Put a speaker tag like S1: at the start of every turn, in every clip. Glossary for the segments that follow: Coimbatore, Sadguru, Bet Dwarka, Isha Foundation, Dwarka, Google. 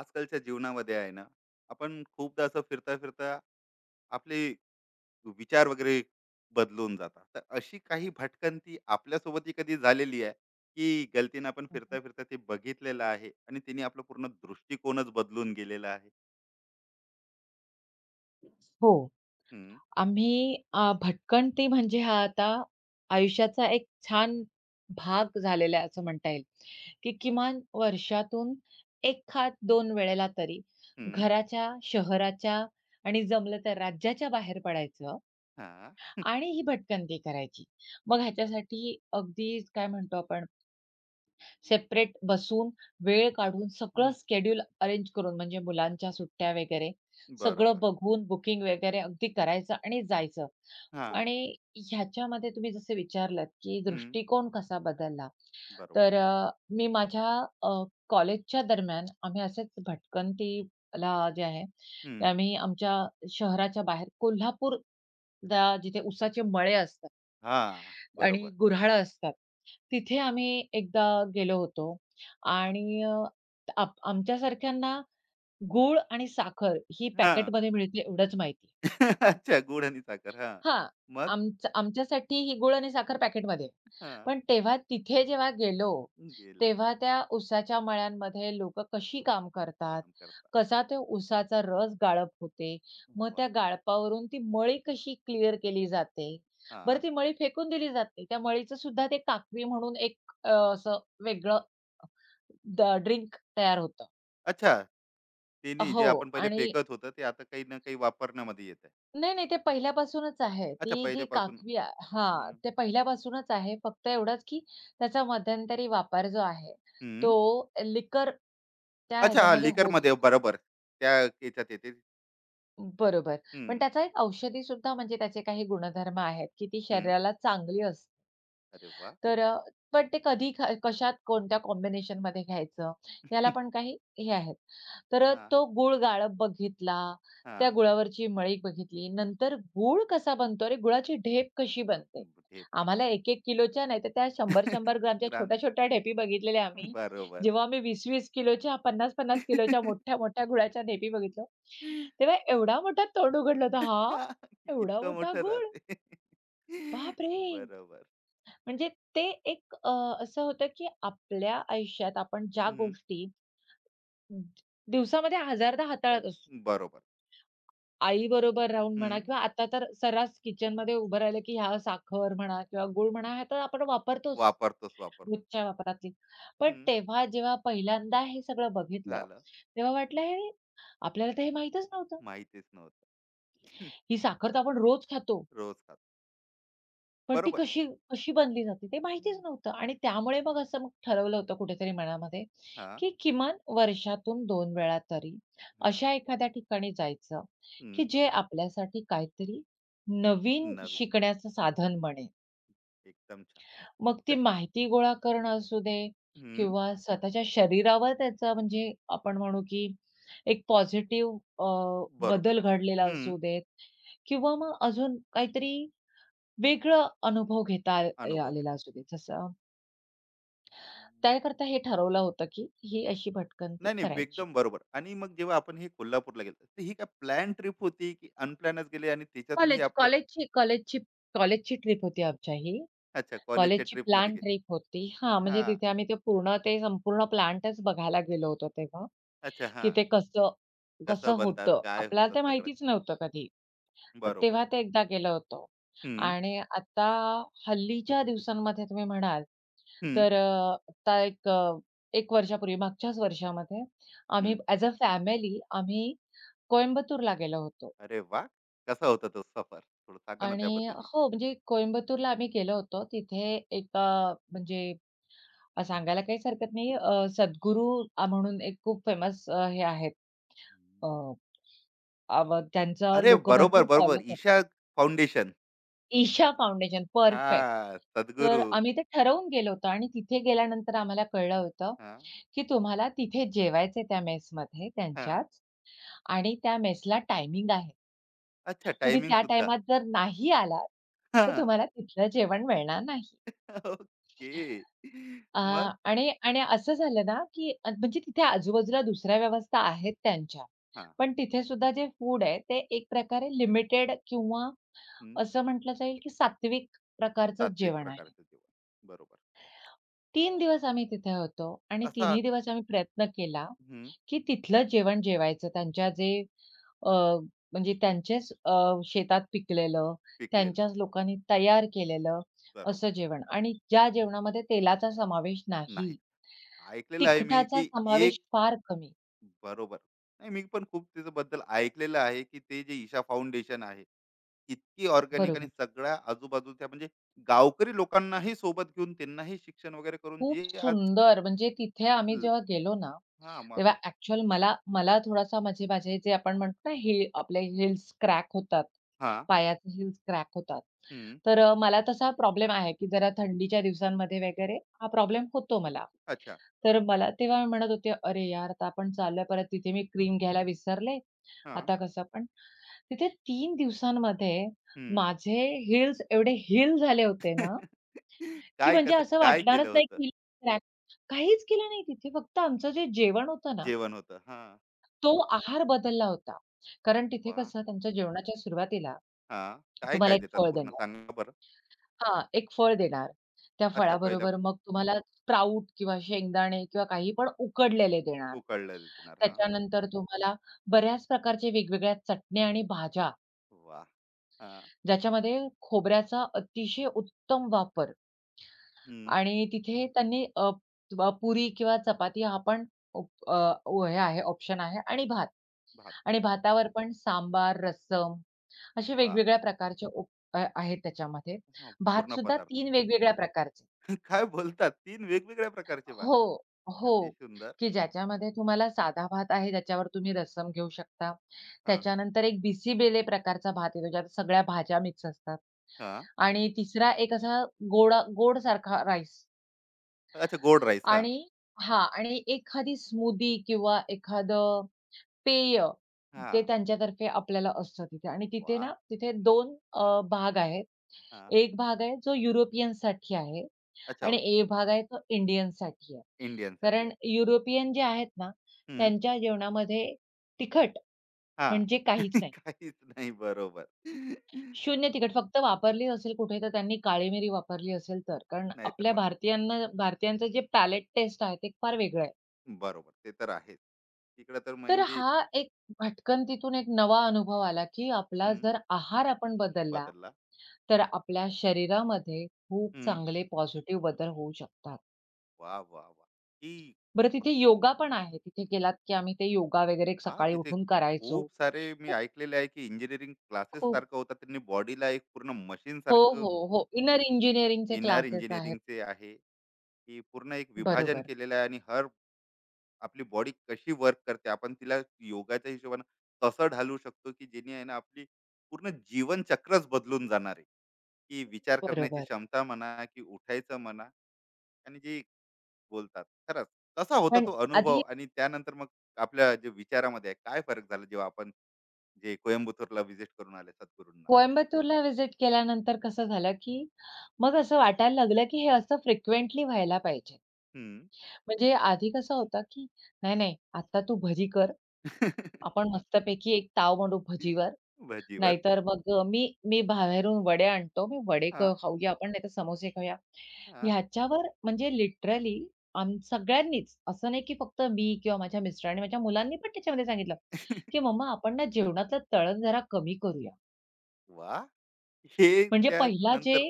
S1: आजकालच्या जीवनामध्ये आहे ना, आपण खूपदा असं फिरता फिरता आपले विचार वगैरे बदलून जातात. तर अशी काही भटकंती आपल्यासोबतही कधी झालेली आहे, की गलतीनं आपण फिरता फिरता ते बघितलेलं आहे आणि तिने आपला पूर्ण दृष्टिकोनच बदलून गेलेला आहे?
S2: हो.
S1: हम्म,
S2: आम्ही भटकंती म्हणजे हा आता आयुष्याचा एक छान भाग झालेला आहे असं म्हणता येईल, की किमान वर्षातून एखाद 2 वेळेला तरी
S1: हम्म,
S2: घराच्या, शहराच्या आणि जमलं तर राज्याच्या बाहेर पडायचं
S1: हा,
S2: आणि ही भटकंती करायची. मग ह्याच्यासाठी अगदी काय म्हणतो आपण सेपरेट बसून, वेळ काढून सगळं
S1: हम्म,
S2: शेड्यूल अरेंज करून म्हणजे मुलांच्या सुट्ट्या वगैरे, सगळं
S1: बरोबर.
S2: बघून बुकिंग वगैरे अगदी करायचं आणि जायचं.
S1: हा.
S2: आणि ह्याच्यामध्ये तुम्ही जसे विचारलत, की
S1: हम्म,
S2: दृष्टिकोन कसा बदलला?
S1: बरोबर.
S2: तर अ, मी माझ्या अ, कॉलेजच्या दरम्यान आम्ही असेच भटकंतीला जे आहे, ते
S1: हम्म,
S2: आम्ही आमच्या शहराच्या बाहेर कोल्हापूर ला जिथे उसाचे मळे असतात
S1: हा.
S2: आणि
S1: बरोबर.
S2: गुऱ्हाळं असतात. तिथे आम्ही एकदा गेलो होतो
S1: वा.
S2: आणि आमच्यासारख्यांना गूळ आणि साखर ही
S1: हा.
S2: पॅकेटमध्ये मिळते एवढंच माहिती.
S1: अच्छा, गुड आणि साखर. हा.
S2: हां.
S1: मग?
S2: आमच्यासाठी ही गूळ आणि साखर पॅकेटमध्ये.
S1: हा.
S2: पण तेव्हा तिथे जेव्हा गेलो,
S1: गेलो.
S2: तेव्हा त्या ऊसाच्या मळ्यांमध्ये लोकं कशी काम करतात,
S1: काम करता.
S2: कसा तो ऊसाचा रस गाळप होते, मग
S1: वा.
S2: त्या गाळपावरून ती मळी कशी क्लिअर केली जाते. बरं
S1: हा.
S2: ती मळी फेकून दिली जाते. त्या मळीचं सुद्धा ते काकवी म्हणून एक असं वेगळं ड्रिंक तयार होतं.
S1: अच्छा. तेनी जे
S2: हो
S1: आपण पहिले
S2: आणि
S1: फेकत होतं, ते आता काही ना काही वापरण्यामध्ये येत आहे.
S2: नाही, नाही. ते पहिल्यापासूनच आहे.
S1: अच्छा,
S2: ती जी
S1: पहिल्यापासून.
S2: काकवी आ हां,
S1: हं.
S2: ते पहिल्यापासूनच आहे. फक्त एवढंच, की त्याचा मध्यंतरी वापर जो आहे,
S1: हं.
S2: तो लिकर त्या
S1: अच्छा हां,
S2: ह्याच्यामध्ये होत
S1: लिकरमध्ये
S2: होता.
S1: बरोबर. त्या याच्यात येते.
S2: बरोबर.
S1: हं.
S2: पण त्याचा एक औषधी सुद्धा म्हणजे त्याचे काही गुणधर्म आहेत, की ती
S1: हं.
S2: शरीराला चांगली असते.
S1: अरे वाह!
S2: तर अ, पण ते कधी कशात कोणत्या कॉम्बिनेशनमध्ये घ्यायचं,
S1: हां,
S2: याला
S1: हां.
S2: पण काही हे आहेत. तो गूळ गाळप बघितला, त्या गुळावरची मळी बघितली, नंतर गूळ कसा बनतो अरे, गुळाची ढेप कशी बनते.
S1: ढेप कशी.
S2: आम्हाला 1-1 किलोच्या नाही तर त्या 100-100 ग्रामच्या
S1: ग्राम.
S2: छोट्या-छोट्या ढेपी बघितलेल्या आम्ही.
S1: बरोबर.
S2: जेव्हा आम्ही 20-20 किलोच्या, 50-50 किलोच्या मोठ्या-मोठ्या गुळाच्या ढेपी बघितलो, तेव्हा एवढा मोठा तोंड उघडलं होतं. हां,
S1: हां,
S2: एवढा
S1: इतकं
S2: मोठा
S1: मोठं
S2: गूळ,
S1: राहते.
S2: बापरे!
S1: बरोबर.
S2: म्हणजे ते एक असं होतं, की आपल्या आयुष्यात आपण ज्या
S1: हं.
S2: गोष्टी ज- दिवसामध्ये हजारदा हाताळत असतो.
S1: बरोबर.
S2: आईबरोबर राहून म्हणा
S1: हं.
S2: किंवा आता तर सर्रास किचनमध्ये उभं राहिलं, की ह्या साखर म्हणा किंवा गूळ म्हणा, हे तर आपण वापरतोच
S1: वापरतोच वापरतो.
S2: रोजच्या वापरातली. पण
S1: हं.
S2: तेव्हा जेव्हा पहिल्यांदा हे सगळं बघितलं,
S1: झालं.
S2: तेव्हा वाटलं, "हे आपल्याला तर हे माहीतच नव्हतं.
S1: माहितीच नव्हतं.
S2: ही साखर तर आपण रोज खातो."
S1: रोज खातो.
S2: पण ती
S1: बरोबर.
S2: कशी कशी बनली जाते ते माहितीच
S1: हं.
S2: नव्हतं आणि त्यामुळे मग ठरवलं होतं कुठेतरी मनामध्ये,
S1: हां.
S2: की किमान वर्षातून 2 वेळा तरी
S1: हां.
S2: अशा एखाद्या ठिकाणी जायचं,
S1: हं.
S2: की जे आपल्यासाठी काहीतरी नवीन
S1: नवीन.
S2: शिकण्याचं साधन बनेल.
S1: एकदम छान.
S2: मग ती
S1: तर
S2: माहिती गोळा करणं असू दे
S1: हं.
S2: किंवा स्वतःच्या शरीरावर त्याचा म्हणजे आपण म्हणू, की एक पॉझिटिव्ह
S1: बरोबर.
S2: बदल घडलेला
S1: हं.
S2: असू देत किंवा मग अजून काहीतरी वेगळं अनुभव घेता आल
S1: अनुभव
S2: आलेला
S1: घेतला.
S2: असू दे. जसं त्याकरता हे ठरवलं होतं, की ही अशी भटकंती
S1: नाही, नाही,
S2: करायची.
S1: एकदम बरोबर. आणि मग जेव्हा आपण हे कोल्हापूरला गेलो, तर ही काय प्लॅन ट्रिप होती की अनप्लॅनच गेले आणि त्याच्यातून हे
S2: कॉलेज
S1: आपल्या
S2: कॉलेजची कॉलेजची कॉलेजची ट्रिप होती आमच्या ही.
S1: अच्छा कॉलेजच्या
S2: कॉलेजची
S1: ट्रिपमध्ये
S2: प्लॅन ट्रिप
S1: गेले.
S2: होती. हां, म्हणजे
S1: हां.
S2: तिथे आम्ही ते संपूर्ण प्लांटच बघायला गेलो होतो तेव्हा,
S1: अच्छा.
S2: की
S1: हां.
S2: ते कसं कसं
S1: कसं बनतात,
S2: होतं.
S1: काय होतं
S2: आपल्याला ते
S1: सगळं.
S2: माहितीच नव्हतं कधी. तर
S1: बरोबर.
S2: तेव्हा ते एकदा केलं होतं.
S1: हं.
S2: आणि आता हल्लीच्या दिवसांमध्ये तुम्ही म्हणाल,
S1: हं.
S2: आता 1 वर्षापूर्वी मागच्याच वर्षामध्ये आम्ही
S1: हं.
S2: ॲज अ फॅमिली आम्ही कोइंबतूरला गेलो होतो.
S1: अरे वाह! कसा होता तो सफर? थोडं सांगा ना
S2: आणि
S1: त्याबद्दलही?
S2: हो, म्हणजे कोइंबतूरला आम्ही गेलो होतो. तिथे म्हणजे सांगायला काहीच हरकत नाही सद्गुरू म्हणून एक खूप फेमस हे आहेत. अ, अव त्यांचं
S1: अरे
S2: लोकं
S1: बरोबर,
S2: भरपूर
S1: बरोबर.
S2: फॉलो
S1: ईशा
S2: करतात.
S1: फाउंडेशन.
S2: ईशा फाउंडेशन. परफेक्ट.
S1: हां,
S2: तर
S1: सद्गुरू.
S2: आम्ही ते ठरवून गेलो होतो आणि तिथे गेल्यानंतर आम्हाला कळलं होतं,
S1: हां.
S2: की तुम्हाला तिथे जेवायचंय त्या मेसमध्ये
S1: हां.
S2: त्यांच्याच आणि त्या मेसला टायमिंग आहे.
S1: अच्छा,
S2: तुम्ही
S1: टायमिंग
S2: त्या
S1: सुद्धा.
S2: टाईमात जर नाही आलात, तर
S1: हां.
S2: तुम्हाला तिथलं जेवण मिळणार नाही.
S1: ओके.
S2: अ,
S1: मग?
S2: आणि आणि असं झालं ना, की म्हणजे तिथे आजूबाजूला दुसऱ्या व्यवस्था आहेत त्यांच्या.
S1: हां,
S2: पण
S1: हां.
S2: तिथे सुद्धा जे फूड आहे ते एक प्रकारे लिमिटेड किंवा
S1: हं.
S2: असं म्हटलं जाईल, की सात्विक प्रकारचं
S1: सात्विक
S2: जेवण आहे.
S1: प्रकारचं जेवण. बरोबर.
S2: 3 दिवस आम्ही तिथे होतो आणि
S1: कसा
S2: तिन्ही दिवस आम्ही प्रयत्न केला,
S1: हं.
S2: की तिथलं जेवण जेवायचं. अ, म्हणजे शेतात पिकलेलं,
S1: पिकलेला.
S2: त्यांच्याच लोकांनी तयार केलेलं
S1: बरोबर.
S2: असं जेवण आणि ज्या जेवणामध्ये तेलाचा समावेश नाही,
S1: नाही. ऐकलेलं आहे मी
S2: तिखटाचा
S1: की
S2: समावेश
S1: एक
S2: फार कमी.
S1: बरोबर. नाही, मी पण खूप त्याच्याबद्दल ऐकलेलं आहे की ते जे ईशा फाउंडेशन आहे, इतकी ऑर्गॅनिक आणि
S2: बरोबर.
S1: सगळ्या आजूबाजूच्या म्हणजे गावकरी लोकांनाही सोबत घेऊन त्यांनाही शिक्षण वगैरे करून
S2: खूप
S1: जे आज
S2: सुंदर म्हणजे तिथे आम्ही
S1: ल.
S2: जेव्हा गेलो ना
S1: हां, मग.
S2: तेव्हा ॲक्चुअल मला मला थोडासा माझे माझे जे आपण म्हणतो ना, हे आपले हिल्स क्रॅक होतात.
S1: हां.
S2: पायाचे हिल्स क्रॅक होतात.
S1: हं.
S2: मला तसा प्रॉब्लेम आहे, की जरा थंडीच्या दिवसांमध्ये वगैरे हा प्रॉब्लेम होतो मला.
S1: अच्छा.
S2: तर मला तेव्हा मी म्हणत होते, "अरे यार, आता आपण चाललोय परत तिथे मी क्रीम घ्यायला विसरले.
S1: हां.
S2: आता कसं?" पण तिथे 3 दिवसांमध्ये माझे हिल्स एवढे हील झाले होते ना, की
S1: काय
S2: म्हणजे
S1: कसं
S2: असं
S1: काय केलं
S2: वाटणारच नाही
S1: होतं?
S2: की क्रॅक काहीच केलं नाही तिथे. फक्त आमचं जे जेवण होतं ना,
S1: जेवण होतं. हां.
S2: तो आहार बदलला होता. कारण तिथे
S1: वाह!
S2: कसं त्यांच्या जेवणाच्या सुरुवातीला
S1: हां.
S2: तुम्हाला
S1: काय-काय
S2: एक
S1: देतात
S2: फळ
S1: पूर्ण
S2: देणार.
S1: सांगा बरं?
S2: हां, एक फळ देणार. त्या
S1: अच्छा, पहिला
S2: फळाबरोबर मग तुम्हाला स्प्राउट किंवा शेंगदाणे किंवा काही पण उकडलेले देणार.
S1: उकळलेलं देणार. हां.
S2: त्याच्यानंतर तुम्हाला बऱ्याच प्रकारचे वेगवेगळ्या चटण्या आणि भाज्या,
S1: वाह! हां.
S2: ज्याच्यामध्ये खोबऱ्याचा अतिशय उत्तम वापर
S1: हं.
S2: आणि तिथे त्यांनी अ, अ, पुरी किंवा चपाती हा पण उप अ, हे आहे ऑप्शन आहे आणि भात
S1: भात.
S2: आणि भातावर पण सांबार, रस्सम असे
S1: वाह!
S2: वेगवेगळ्या प्रकारचे आहेत त्याच्यामध्ये.
S1: हां, पूर्ण
S2: भातसुद्धा
S1: पदार्थ.
S2: 3 वेगवेगळ्या प्रकारचे.
S1: काय बोलतात? 3 वेगवेगळ्या प्रकारचे भात.
S2: हो,
S1: अति
S2: हो.
S1: सुंदर.
S2: की ज्याच्यामध्ये तुम्हाला साधा भात आहे, त्याच्यावर तुम्ही रस्सम घेऊ शकता.
S1: हां.
S2: त्याच्यानंतर एक बिसीबेले प्रकारचा भात येतो, ज्यात सगळ्या भाज्या मिक्स असतात.
S1: हां.
S2: आणि तिसरा एक असा गोडा गोडसारखा राईस
S1: अच्छा गोड राईस. हां.
S2: आणि हां. आणि एखादी स्मूदी किंवा एखादं पेय, ते
S1: हां.
S2: त्यांच्यातर्फे आपल्याला असतं तिथे. आणि तिथे ना,
S1: वाह!
S2: तिथे 2 भाग आहेत.
S1: हां.
S2: एक भाग आहे जो युरोपियनसाठी आहे
S1: अच्छा,
S2: आणि एक भाग आहे तो इंडियनसाठी आहे.
S1: इंडियनसाठी
S2: कारण
S1: आहे.
S2: युरोपियन जे आहेत ना,
S1: हं.
S2: त्यांच्या जेवणामध्ये तिखट
S1: हां.
S2: म्हणजे काहीच नाही.
S1: काहीच नाही, बरोबर.
S2: शून्य तिखट फक्त वापरली असेल कुठे तर त्यांनी काळी मिरी वापरली असेल तर. कारण
S1: नाहीतर
S2: आपल्या भारतीयांचं जे पॅलेट टेस्ट आहे ते फार वेगळं आहे.
S1: बरोबर. ते तर आहेच. तिकडे तर
S2: तर
S1: म्हणजे
S2: हा एक भटकन तिथून एक नवा अनुभव आला, की आपला
S1: हं.
S2: जर आहार आपण बदलला,
S1: बदलला.
S2: तर आपल्या शरीरामध्ये खूप
S1: हं.
S2: चांगले पॉझिटिव्ह बदल होऊ शकतात.
S1: वाह, वाह, वाह! की
S2: बरं तिथे योगा पण आहे. तिथे गेलात की आम्ही ते योगा वगैरे
S1: हां,
S2: सकाळी
S1: तिथे
S2: उठून करायचो.
S1: खूप सारे मी
S2: तर
S1: ऐकलेले आहे, की इंजिनिअरिंग क्लासेस
S2: खूप
S1: सारखं होता त्यांनी बॉडीला एक पूर्ण मशीनसारखं
S2: हो. इनर इंजिनिअरिंगचे
S1: येणार.
S2: क्लासेस आहेत.
S1: इंजिनिअरिंगचे आहे, की पूर्ण एक विभाजन
S2: बरोबर,
S1: केलेलं आहे आणि हर आपली बॉडी कशी वर्क करते. आपण तिला योगाच्या हिशोबानं कसं ढालू शकतो, की जेणे आहे ना, आपली पूर्ण जीवनचक्रच बदलून जाणार आहे. की विचार करण्याची
S2: बरोबर.
S1: क्षमता म्हणा, की उठायचं म्हणा आणि जी बोलतात. खरंच कसा होता
S2: पण
S1: तो अनुभव
S2: आधी
S1: आणि त्यानंतर मग आपल्या जे विचारामध्ये आहे काय फरक झाला जेव्हा आपण जे कोइंबतूरला व्हिजिट करून आले सद्गुरूंना?
S2: कोइंबतूरला व्हिजिट केल्यानंतर कसं झालं, की मग असं वाटायला लागलं, की हे असं फ्रिक्वेंटली व्हायला पाहिजे.
S1: हं. हां.
S2: म्हणजे आधी कसं होतं, की नाही, नाही आता तू भजी कर. आपण मस्तपैकी एक ताव मांडू भजीवर.
S1: भजीवर.
S2: नाहीतर मग अ, मी मी बाहेरून वडे आणतो. मी वडे
S1: हां,
S2: खाऊया आपण, नाहीतर समोसे खाऊया.
S1: हां.
S2: ह्याच्यावर म्हणजे लिटरली आम्ही सगळ्यांनीच, असं नाही की फक्त मी किंवा माझ्या मिस्टरांनी, माझ्या मुलांनी पण त्याच्यामध्ये सांगितलं,
S1: वाह!
S2: की "मम्मा आपण ना जेवणातलं तळण जरा कमी करूया."
S1: हे
S2: म्हणजे पहिला जे
S1: त्यानंतर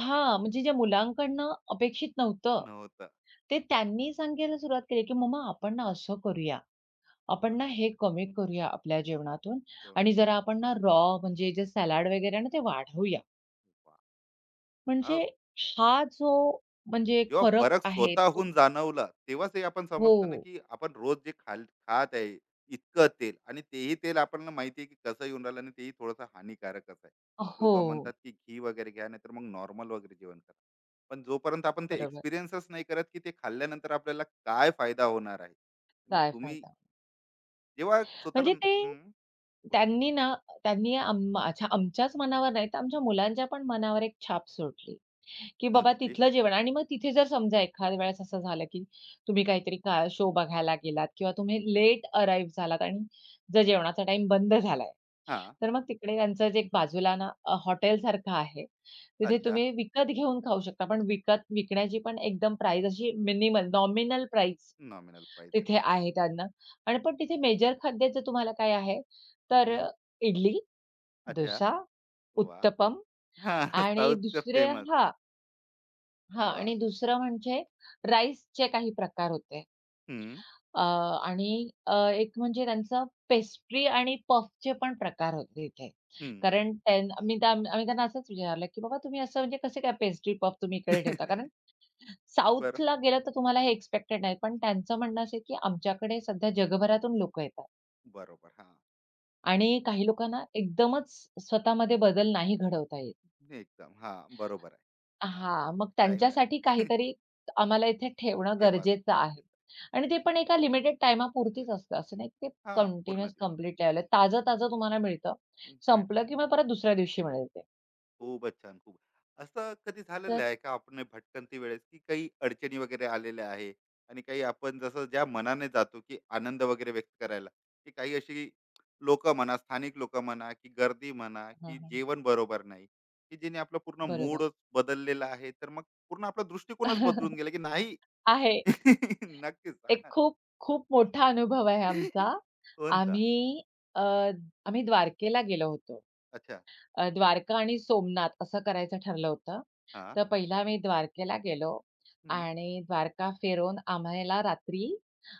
S2: हां, म्हणजे जे मुलांकडनं अपेक्षित नव्हतं,
S1: नव्हतं.
S2: ते त्यांनी सांगायला सुरुवात केली, की "मम्मा आपण ना असं करूया, आपण ना
S1: बरोबर.
S2: हे कमी करूया आपल्या जेवणातून
S1: जेवण.
S2: आणि जरा आपण ना रॉ म्हणजे जे सलाड वगैरे आहे ना ते वाढवूया." म्हणजे
S1: वाह!
S2: हा जो म्हणजे एक
S1: जेव्हा
S2: फरक
S1: फरक
S2: आहे तो
S1: स्वतःहून जाणवला तेव्हाच हे आपण समजतं ना,
S2: हो.
S1: की आपण रोज जे खाल खात आहे, इतकं तेल आणि तेही तेल आपल्याला माहिती आहे की कसं येऊन राहिलं आणि तेही थोडंसं हानिकारकच आहे. लोक
S2: हो,
S1: म्हणतात की घी वगैरे घ्या, नाहीतर मग नॉर्मल वगैरे जेवण करा. पण जोपर्यंत आपण ते
S2: बरोबर.
S1: एक्सपिरियन्सच नाही करत की ते खाल्ल्यानंतर आपल्याला काय फायदा होणार आहे. आणि
S2: काय
S1: तुम्ही
S2: फायदा?
S1: जेव्हा स्वतःला
S2: म्हणजे ते
S1: हं, बोला.
S2: त्यांनी ना त्यांनी आम अच्छा आमच्याच मनावर नाही तर आमच्या मुलांच्या पण मनावर एक छाप सोडली, की बाबा
S1: पोचली.
S2: तिथलं जेवण आणि मग तिथे जर समजा एखाद्या वेळेस असं झालं, की तुम्ही काहीतरी शो बघायला गेलात किंवा तुम्ही लेट अराईव्ह झालात आणि जर जेवणाचा टाईम बंद झाला
S1: हा.
S2: तर मग तिकडे त्यांचं जे एक बाजूला ना हॉटेलसारखं आहे. तिथे
S1: अच्छा,
S2: तुम्ही विकत घेऊन खाऊ शकता. पण विकण्याची पण एकदम प्राइस अशी minimal nominal price
S1: nominal price आहे.
S2: तिथे आहे त्यांना. आणि पण तिथे मेजर खाद्याचं तुम्हाला काय आहे, तर
S1: हं,
S2: अ, इडली,
S1: अच्छा.
S2: डोसा,
S1: वा.
S2: उत्तपम
S1: हा.
S2: आणि
S1: साऊथचं फेमस.
S2: हां
S1: वा.
S2: आणि दुसरं म्हणजे राईसचे काही प्रकार होते.
S1: हम्म
S2: अ, आणि एक म्हणजे त्यांचं पेस्ट्री आणि पफचे पण प्रकार होते इथे.
S1: हम्म
S2: कारण त्यां मी त्या आम्ही त्यांना असंच विचारलं, की "बाबा तुम्ही असं म्हणजे कसे काय पेस्ट्री पफ तुम्ही इकडे ठेवता?" कारण
S1: बरो
S2: साऊथला गेलं तर तुम्हाला हे एक्सपेक्टेड नाही. पण त्यांचं म्हणणं असं आहे, की आमच्याकडे सध्या जगभरातून लोकं येतात
S1: बरोबर. हां.
S2: आणि काही लोकांना एकदमच स्वतःमध्ये बदल नाही घडवता येत.
S1: एकदम. हां, बरोबर आहे.
S2: हां, मग
S1: टाईम
S2: त्यांच्यासाठी
S1: लागतो.
S2: काहीतरी आम्हाला इथे ठेवणं
S1: ठेवाच
S2: गरजेचं आहे.
S1: गरजेचं
S2: आणि ते पण एका लिमिटेड
S1: आहे.
S2: टाईमापुरतीच असतं. असं नाही की ते
S1: हां, पूर्ण
S2: कंटिन्युअस
S1: दिवस
S2: कंप्लीट लेव्हल आहे. ताजं-ताजं तुम्हाला मिळतं.
S1: मिळतो.
S2: संपलं की मग परत दुसऱ्या दिवशी मिळेल ते.
S1: खूपच छान, खूप. असं कधी झालेलं
S2: तर
S1: आहे का आपण भटकंती वेळेस की काही अडचणी वगैरे आलेल्या आहे आणि काही आपण जसं ज्या मनाने जातो की आनंद वगैरे व्यक्त करायला, की काही अशी लोकं म्हणा, स्थानिक लोकं म्हणा, की गर्दी म्हणा,
S2: हां,
S1: की
S2: हां.
S1: जेवण बरोबर नाही, की ज्याने आपला पूर्ण
S2: बरोबर.
S1: मूडच बदललेला आहे. तर मग पूर्ण आपला दृष्टिकोनच बदलून गेला, की नाही?
S2: आहे.
S1: नक्कीच
S2: एक
S1: सांगा
S2: खूप, खूप मोठा अनुभव आहे
S1: ना.
S2: आमचा.
S1: कोणता?
S2: आम्ही अ, आम्ही द्वारकेला गेलो होतो.
S1: अच्छा.
S2: द्वारका आणि सोमनाथ असं करायचं ठरलं होतं.
S1: हां.
S2: तर पहिला मी द्वारकेला गेलो
S1: हं.
S2: आणि द्वारका फिरून आम्हाला रात्री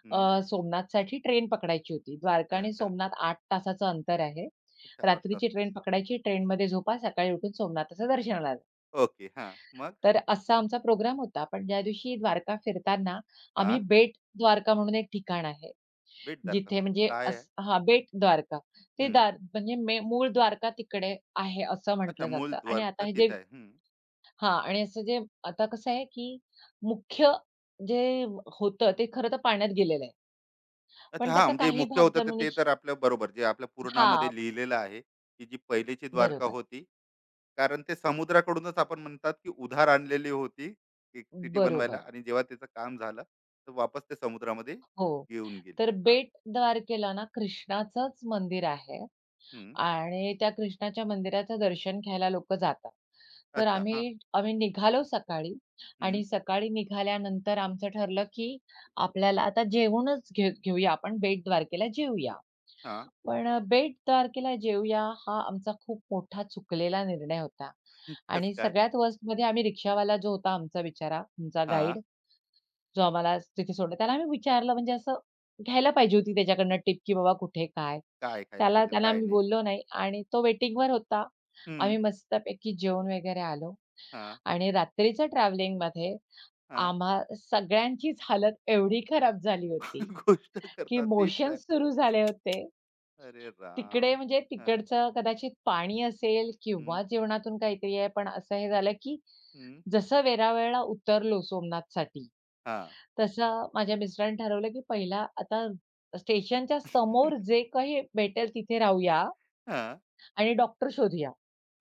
S1: हं.
S2: सोमनाथसाठी ट्रेन पकडायची होती. द्वारका आणि
S1: अच्छा,
S2: सोमनाथ 8 तासाचं अंतर आहे.
S1: अच्छा 8 तास.
S2: रात्रीची ट्रेन पकडायची, ट्रेनमध्ये झोपा, सकाळी उठून सोमनाथाचं दर्शनाला जा.
S1: ओके. हां. मग?
S2: तर असा आमचा प्रोग्राम होता. पण ज्या दिवशी द्वारका फिरताना आम्ही
S1: हां.
S2: बेट द्वारका म्हणून एक ठिकाण आहे.
S1: भेटधारक.
S2: जिथे म्हणजे
S1: काय आहे?
S2: असं हां, बेट द्वारका. ते
S1: हं.
S2: द्वार म्हणजे मूळ द्वारका तिकडे आहे असं
S1: अच्छा,
S2: म्हटलं
S1: मूल
S2: जातं आणि
S1: द्वारका
S2: आता हे
S1: तिथे
S2: जे
S1: आहे. हं.
S2: हां आणि असं जे आता कसं आहे, की मुख्य जे होतं ते खरं तर पाण्यात गेलेलं आहे.
S1: अच्छा
S2: पण
S1: हां,
S2: त्याचा
S1: म्हणजे
S2: काही
S1: मुख्य
S2: भाग
S1: होतं तर ते
S2: जमिनीशी
S1: तर आपल्या बरोबर जे आपल्या
S2: हां,
S1: पुराणामध्ये लिहिलेलं आहे, की जी पहिलीची द्वारका
S2: बरोबर,
S1: होती. कारण ते समुद्राकडूनच आपण म्हणतात, की उधार आणलेली होती एक सिटी बनवायला
S2: बरोबर.
S1: आणि जेव्हा त्याचं काम झालं, तर वापस ते समुद्रामध्ये
S2: हो,
S1: घेऊन गेलेली.
S2: तर
S1: हां.
S2: बेट द्वारकेला ना कृष्णाचंच मंदिर आहे
S1: हं.
S2: आणि त्या कृष्णाच्या मंदिराचं दर्शन घ्यायला लोकं जातात. तर
S1: अच्छा. हां.
S2: आम्ही आम्ही निघालो सकाळी आणि सकाळी निघाल्यानंतर आमचं ठरलं, की आपल्याला आता जेवूनच घेऊया आपण बेट द्वारकेला जेऊया.
S1: हां.
S2: पण बेट तारखेला जेवूया हा आमचा खूप मोठा चुकलेला निर्णय होता
S1: कसं
S2: आणि
S1: काय?
S2: सगळ्यात वर्स्टमध्ये आम्ही रिक्षावाला जो होता आमचा बिचारा, आमचा
S1: हां.
S2: गाईड जो आम्हाला तिथे सोडला, त्याला आम्ही विचारलं म्हणजे असं घ्यायला पाहिजे होती त्याच्याकडनं टिप, की बाबा कुठे काय?
S1: काय खायला
S2: त्याला
S1: पाहिजे,
S2: त्याला
S1: काय
S2: आम्ही
S1: नाही?
S2: बोललो नाही आणि तो वेटिंगवर होता. आम्ही
S1: हं.
S2: मस्तपैकी जेवून वगैरे आलो
S1: हां,
S2: आणि रात्रीच्या ट्रॅव्हलिंगमध्ये
S1: हां.
S2: आम्हा सगळ्यांचीच हालत एवढी खराब झाली होती,
S1: गोष्ट
S2: की
S1: करतात ते ट्रॅ.
S2: मोशन्स सुरू झाले होते.
S1: अरे
S2: तिकडे
S1: राम!
S2: म्हणजे
S1: हां,
S2: तिकडचं कदाचित पाणी असेल
S1: हं,
S2: किंवा जेवणातून काहीतरी आहे, पण असं हे झालं की
S1: हं.
S2: जसं वेरावळला उतरलो सोमनाथसाठी,
S1: हां.
S2: तसं माझ्या मिस्टरांनी ठरवलं की पहिला आता स्टेशनच्या समोर जे काही भेटेल तिथे राहूया
S1: हां,
S2: आणि डॉक्टर शोधूया.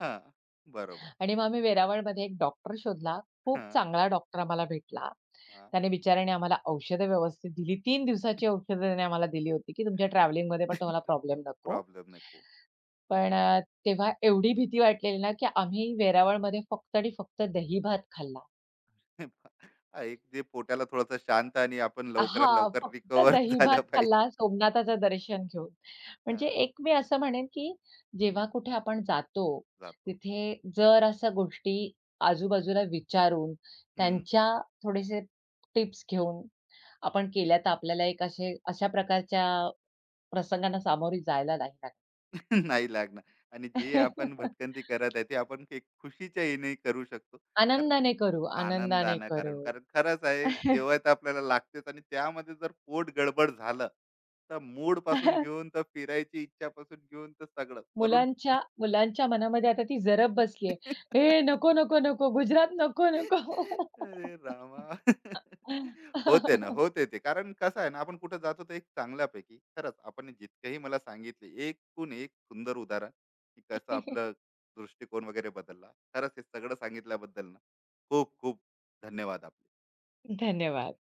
S1: हां. बरोबर.
S2: आणि मग आम्ही वेरावळमध्ये एक डॉक्टर शोधला. खूप
S1: हां,
S2: चांगला डॉक्टर आम्हाला भेटला.
S1: हां.
S2: त्याने बिचाऱ्याने आम्हाला औषधं व्यवस्थित दिली. 3 दिवसाची औषधं त्याने आम्हाला दिली होती, की तुमच्या ट्रॅव्हलिंगमध्ये पण तुम्हाला प्रॉब्लेम नको.
S1: प्रॉब्लेम नको.
S2: पण तेव्हा एवढी भीती वाटलेली ना, की आम्ही वेरावळमध्ये फक्त आणि फक्त दहीभात खाल्ला.
S1: हां, एक जे पोटाला थोडंसं शांत आणि आपण लवकरात
S2: हां,
S1: लवकर
S2: फक्त
S1: रिकवर
S2: दहीभात
S1: झालं
S2: खाल्ला
S1: पाहिजे.
S2: सोमनाथाचं दर्शन घेऊन. म्हणजे
S1: हां,
S2: एक मी असं म्हणेन, की
S1: हं.
S2: जेव्हा कुठे आपण जातो,
S1: जातो.
S2: तिथे जर अशा गोष्टी आजूबाजूला विचारून,
S1: हं.
S2: त्यांच्या थोडेसे टिप्स घेऊन आपण केल्या, तर आपल्याला एक असे अशा प्रकारच्या प्रसंगांना सामोरी जायला नाही लागत.
S1: नाही लागणार. आणि जे आपण भटकंती करत आहे, ते आपण एक खुशीच्या ह्याने करू शकतो. कारण
S2: आनंदाने
S1: आनंदानं.
S2: करू.
S1: कारण कारण खरंच आहे, जेवायचं आपल्याला लागतेच आणि त्यामध्ये जर पोट गडबड झालं, तर मूड पासून घेऊन तर फिरायची इच्छा पासून घेऊन तर सगळं वरून.
S2: मुलांच्या मुलांच्या मनामध्ये आता ती जरब बसली आहे. "हे नको गुजरात नको."
S1: अरे रामा. होते ना होते ते. कारण कसं आहे ना, आपण कुठं जातो तर एक चांगल्यापैकी खरंच आपण जितकेही मला सांगितले, एकूण एक सुंदर उदाहरण की कसं आपलं दृष्टिकोन वगैरे बदलला. खरंच हे सगळं सांगितल्याबद्दल ना, खूप खूप धन्यवाद आपले.
S2: धन्यवाद.